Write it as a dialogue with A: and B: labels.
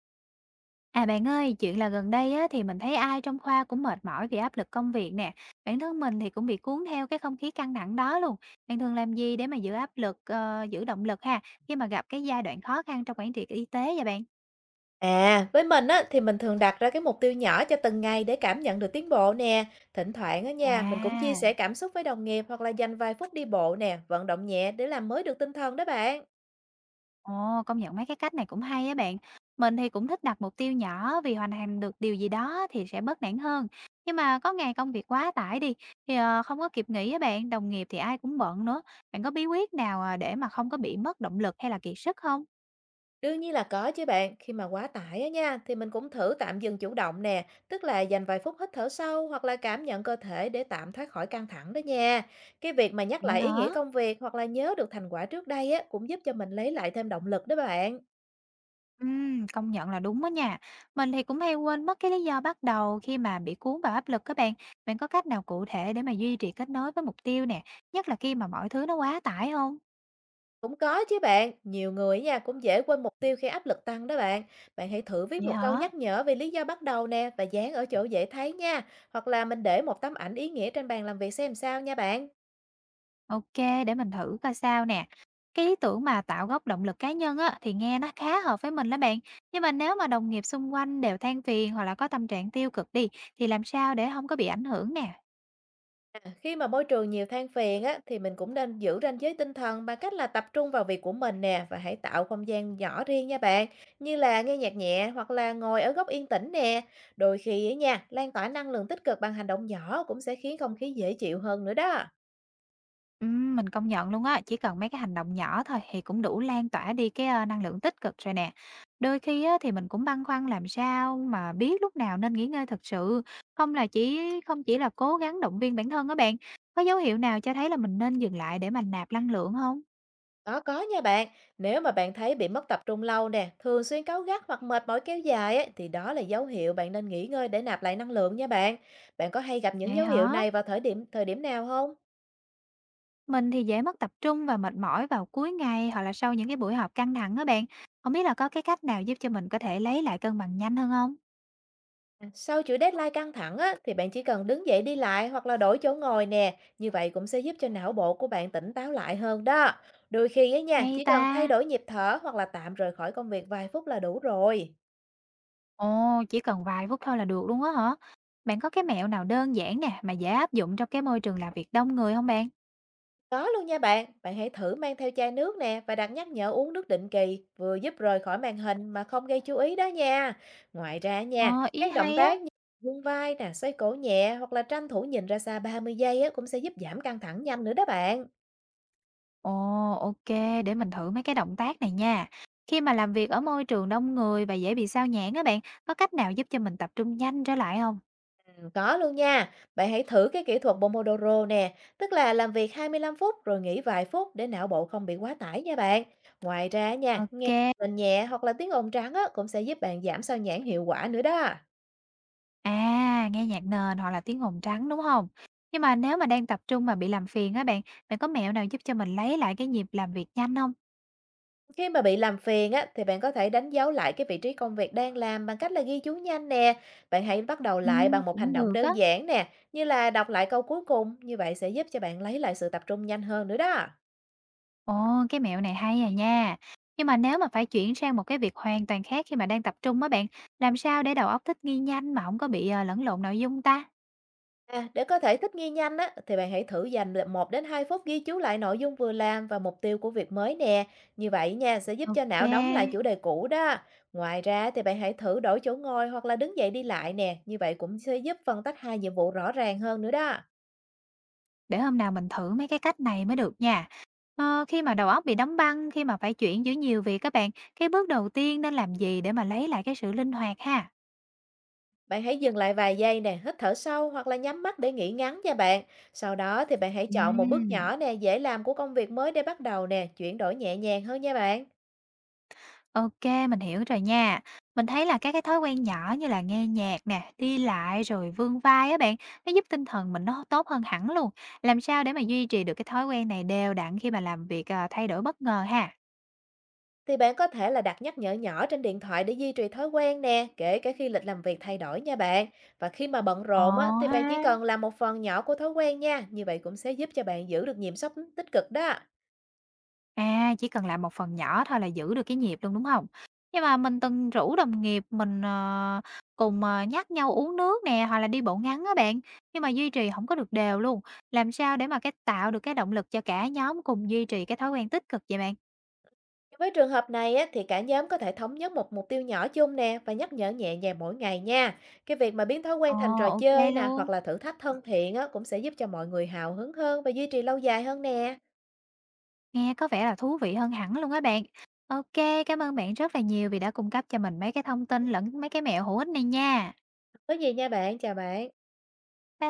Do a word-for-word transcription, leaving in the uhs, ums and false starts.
A: À bạn ơi, chuyện là gần đây á, thì mình thấy ai trong khoa cũng mệt mỏi vì áp lực công việc nè. Bản thân mình thì cũng bị cuốn theo cái không khí căng thẳng đó luôn. Bạn thường làm gì để mà giữ áp lực, ờ, giữ động lực ha, khi mà gặp cái giai đoạn khó khăn trong quản trị y tế vậy bạn?
B: À, với mình á, thì mình thường đặt ra cái mục tiêu nhỏ cho từng ngày để cảm nhận được tiến bộ nè. Thỉnh thoảng ở nhà mình cũng chia
A: À,
B: sẻ cảm xúc với đồng nghiệp hoặc là dành vài phút đi bộ nè, vận động nhẹ để làm mới được tinh thần đó bạn.
A: ồ, công nhận mấy cái cách này cũng hay á bạn. Mình thì cũng thích đặt mục tiêu nhỏ vì hoàn thành được điều gì đó thì sẽ bớt nản hơn. Nhưng mà có ngày công việc quá tải đi, thì ờ, không có kịp nghỉ á bạn, đồng nghiệp thì ai cũng bận nữa. Bạn có bí quyết nào ờ, để mà không có bị mất động lực hay là kiệt sức không?
B: Đương nhiên là có chứ bạn, khi mà quá tải á nha, thì mình cũng thử tạm dừng chủ động nè, tức là dành vài phút hít thở sâu hoặc là cảm nhận cơ thể để tạm thoát khỏi căng thẳng đó nha. Cái việc mà nhắc
A: Vậy
B: lại ý nghĩa
A: hả?
B: công việc hoặc là nhớ được thành quả trước đây á, cũng giúp cho mình lấy lại thêm động lực đó bạn.
A: Ừm, công nhận là đúng đó nha. Mình thì cũng hay quên mất cái lý do bắt đầu khi mà bị cuốn vào áp lực các bạn. Bạn có cách nào cụ thể để mà duy trì kết nối với mục tiêu nè, nhất là khi mà mọi thứ nó quá tải không?
B: Cũng có chứ bạn, nhiều người nha cũng dễ quên mục tiêu khi áp lực tăng đó bạn. Bạn hãy thử viết
A: Vậy
B: một câu
A: hả?
B: nhắc nhở về lý do bắt đầu nè và dán ở chỗ dễ thấy nha. Hoặc là mình để một tấm ảnh ý nghĩa trên bàn làm việc xem sao nha bạn.
A: Ok, để mình thử coi sao nè. Cái ý tưởng mà tạo gốc động lực cá nhân á thì nghe nó khá hợp với mình đó bạn. Nhưng mà nếu mà đồng nghiệp xung quanh đều than phiền hoặc là có tâm trạng tiêu cực đi thì làm sao để không có bị ảnh hưởng nè?
B: À, khi mà môi trường nhiều than phiền á, thì mình cũng nên giữ ranh giới tinh thần bằng cách là tập trung vào việc của mình nè và hãy tạo không gian nhỏ riêng nha bạn. Như là nghe nhạc nhẹ hoặc là ngồi ở góc yên tĩnh nè. Đôi khi ấy nha, lan tỏa năng lượng tích cực bằng hành động nhỏ cũng sẽ khiến không khí dễ chịu hơn nữa đó.
A: Ừm, mình công nhận luôn á, chỉ cần mấy cái hành động nhỏ thôi thì cũng đủ lan tỏa đi cái, ơ, năng lượng tích cực rồi nè. Đôi khi á, thì mình cũng băn khoăn làm sao mà biết lúc nào nên nghỉ ngơi thật sự, không là chỉ không chỉ là cố gắng động viên bản thân á bạn. Có dấu hiệu nào cho thấy là mình nên dừng lại để mà nạp năng lượng không?
B: Có, có nha bạn. Nếu mà bạn thấy bị mất tập trung lâu nè, thường xuyên cáu gắt hoặc mệt mỏi kéo dài ấy, thì đó là dấu hiệu bạn nên nghỉ ngơi để nạp lại năng lượng nha bạn. Bạn có hay gặp những
A: Vậy
B: dấu hiệu
A: hả?
B: này vào thời điểm thời điểm nào không?
A: Mình thì dễ mất tập trung và mệt mỏi vào cuối ngày hoặc là sau những cái buổi họp căng thẳng á bạn. Không biết là có cái cách nào giúp cho mình có thể lấy lại cân bằng nhanh hơn không?
B: À, sau chuỗi deadline căng thẳng á, thì bạn chỉ cần đứng dậy đi lại hoặc là đổi chỗ ngồi nè. Như vậy cũng sẽ giúp cho não bộ của bạn tỉnh táo lại hơn đó. Đôi khi á nha,
A: Hay
B: chỉ cần thay
A: ta!
B: đổi nhịp thở hoặc là tạm rời khỏi công việc vài phút là đủ rồi.
A: Ồ, chỉ cần vài phút thôi là được luôn á hả? Bạn có cái mẹo nào đơn giản nè mà dễ áp dụng trong cái môi trường làm việc đông người không bạn?
B: Có luôn nha bạn, bạn hãy thử mang theo chai nước nè và đặt nhắc nhở uống nước định kỳ, vừa giúp rời khỏi màn hình mà không gây chú ý đó nha. Ngoài ra
A: Ờ,
B: nha,
A: ý
B: các động
A: hay á.
B: tác như vươn vai nè, xoay cổ nhẹ hoặc là tranh thủ nhìn ra xa ba mươi giây á, cũng sẽ giúp giảm căng thẳng nhanh nữa đó bạn.
A: Ồ, OK, để mình thử mấy cái động tác này nha. Khi mà làm việc ở môi trường đông người và dễ bị sao nhãng á bạn, có cách nào giúp cho mình tập trung nhanh trở lại không?
B: Ừ, có luôn nha, bạn hãy thử cái kỹ thuật Pomodoro nè, tức là làm việc hai mươi lăm phút rồi nghỉ vài phút để não bộ không bị quá tải nha bạn. Ngoài ra nha, nghe
A: OK.
B: nhạc nền nhẹ hoặc là tiếng ồn trắng á, cũng sẽ giúp bạn giảm sao nhãng hiệu quả nữa đó.
A: À, nghe nhạc nền hoặc là tiếng ồn trắng, đúng không? Nhưng mà nếu mà đang tập trung mà bị làm phiền á bạn, bạn có mẹo nào giúp cho mình lấy lại cái nhịp làm việc nhanh không?
B: Khi mà bị làm phiền á, thì bạn có thể đánh dấu lại cái vị trí công việc đang làm bằng cách là ghi chú nhanh nè. Bạn hãy bắt đầu lại
A: Ừm,
B: bằng một hành
A: cũng
B: động
A: được á.
B: đơn giản nè, như là đọc lại câu cuối cùng, như vậy sẽ giúp cho bạn lấy lại sự tập trung nhanh hơn nữa đó.
A: Ồ, cái mẹo này hay à nha. Nhưng mà nếu mà phải chuyển sang một cái việc hoàn toàn khác khi mà đang tập trung á bạn, làm sao để đầu óc thích nghi nhanh mà không có bị ờ, lẫn lộn nội dung ta?
B: À, để có thể thích nghi nhanh á, thì bạn hãy thử dành là một đến hai phút ghi chú lại nội dung vừa làm và mục tiêu của việc mới nè. Như vậy nha, sẽ giúp cho
A: Ok,
B: não đóng lại chủ đề cũ đó. Ngoài ra thì bạn hãy thử đổi chỗ ngồi hoặc là đứng dậy đi lại nè, như vậy cũng sẽ giúp phân tách hai nhiệm vụ rõ ràng hơn nữa đó.
A: để hôm nào mình thử mấy cái cách này mới được nha. Ờ, khi mà đầu óc bị đóng băng, khi mà phải chuyển giữa nhiều việc các bạn, cái bước đầu tiên nên làm gì để mà lấy lại cái sự linh hoạt ha?
B: Bạn hãy dừng lại vài giây nè, hít thở sâu hoặc là nhắm mắt để nghỉ ngắn nha bạn. Sau đó thì bạn hãy chọn một bước
A: Ừ.
B: nhỏ nè, dễ làm của công việc mới để bắt đầu nè, chuyển đổi nhẹ nhàng hơn nha bạn.
A: OK, mình hiểu rồi nha. Mình thấy là các cái thói quen nhỏ như là nghe nhạc nè, đi lại rồi vươn vai á bạn, nó giúp tinh thần mình nó tốt hơn hẳn luôn. Làm sao để mà duy trì được cái thói quen này đều đặn khi mà làm việc, à, thay đổi bất ngờ ha?
B: Thì bạn có thể là đặt nhắc nhở nhỏ trên điện thoại để duy trì thói quen nè, kể cả khi lịch làm việc thay đổi nha bạn. Và khi mà bận
A: Ờ
B: rộn á, thì
A: ha.
B: bạn chỉ cần làm một phần nhỏ của thói quen nha, như vậy cũng sẽ giúp cho bạn giữ được nhịp sống tích cực đó.
A: À, chỉ cần làm một phần nhỏ thôi là giữ được cái nhịp luôn, đúng không? Nhưng mà mình từng rủ đồng nghiệp mình, ờ, cùng, ờ, nhắc nhau uống nước nè, hoặc là đi bộ ngắn á bạn, nhưng mà duy trì không có được đều luôn. Làm sao để mà cái tạo được cái động lực cho cả nhóm cùng duy trì cái thói quen tích cực vậy bạn?
B: Với trường hợp này á, thì cả nhóm có thể thống nhất một mục tiêu nhỏ chung nè và nhắc nhở nhẹ nhàng mỗi ngày nha. Cái việc mà biến thói quen
A: Ờ,
B: thành trò
A: ok
B: chơi nè hoặc
A: luôn,
B: là thử thách thân thiện á, cũng sẽ giúp cho mọi người hào hứng hơn và duy trì lâu dài hơn nè.
A: nghe có vẻ là thú vị hơn hẳn luôn á bạn. Ok, cảm ơn bạn rất là nhiều vì đã cung cấp cho mình mấy cái thông tin lẫn mấy cái mẹo hữu ích này nha.
B: Có gì nha bạn, chào bạn.
A: Bye.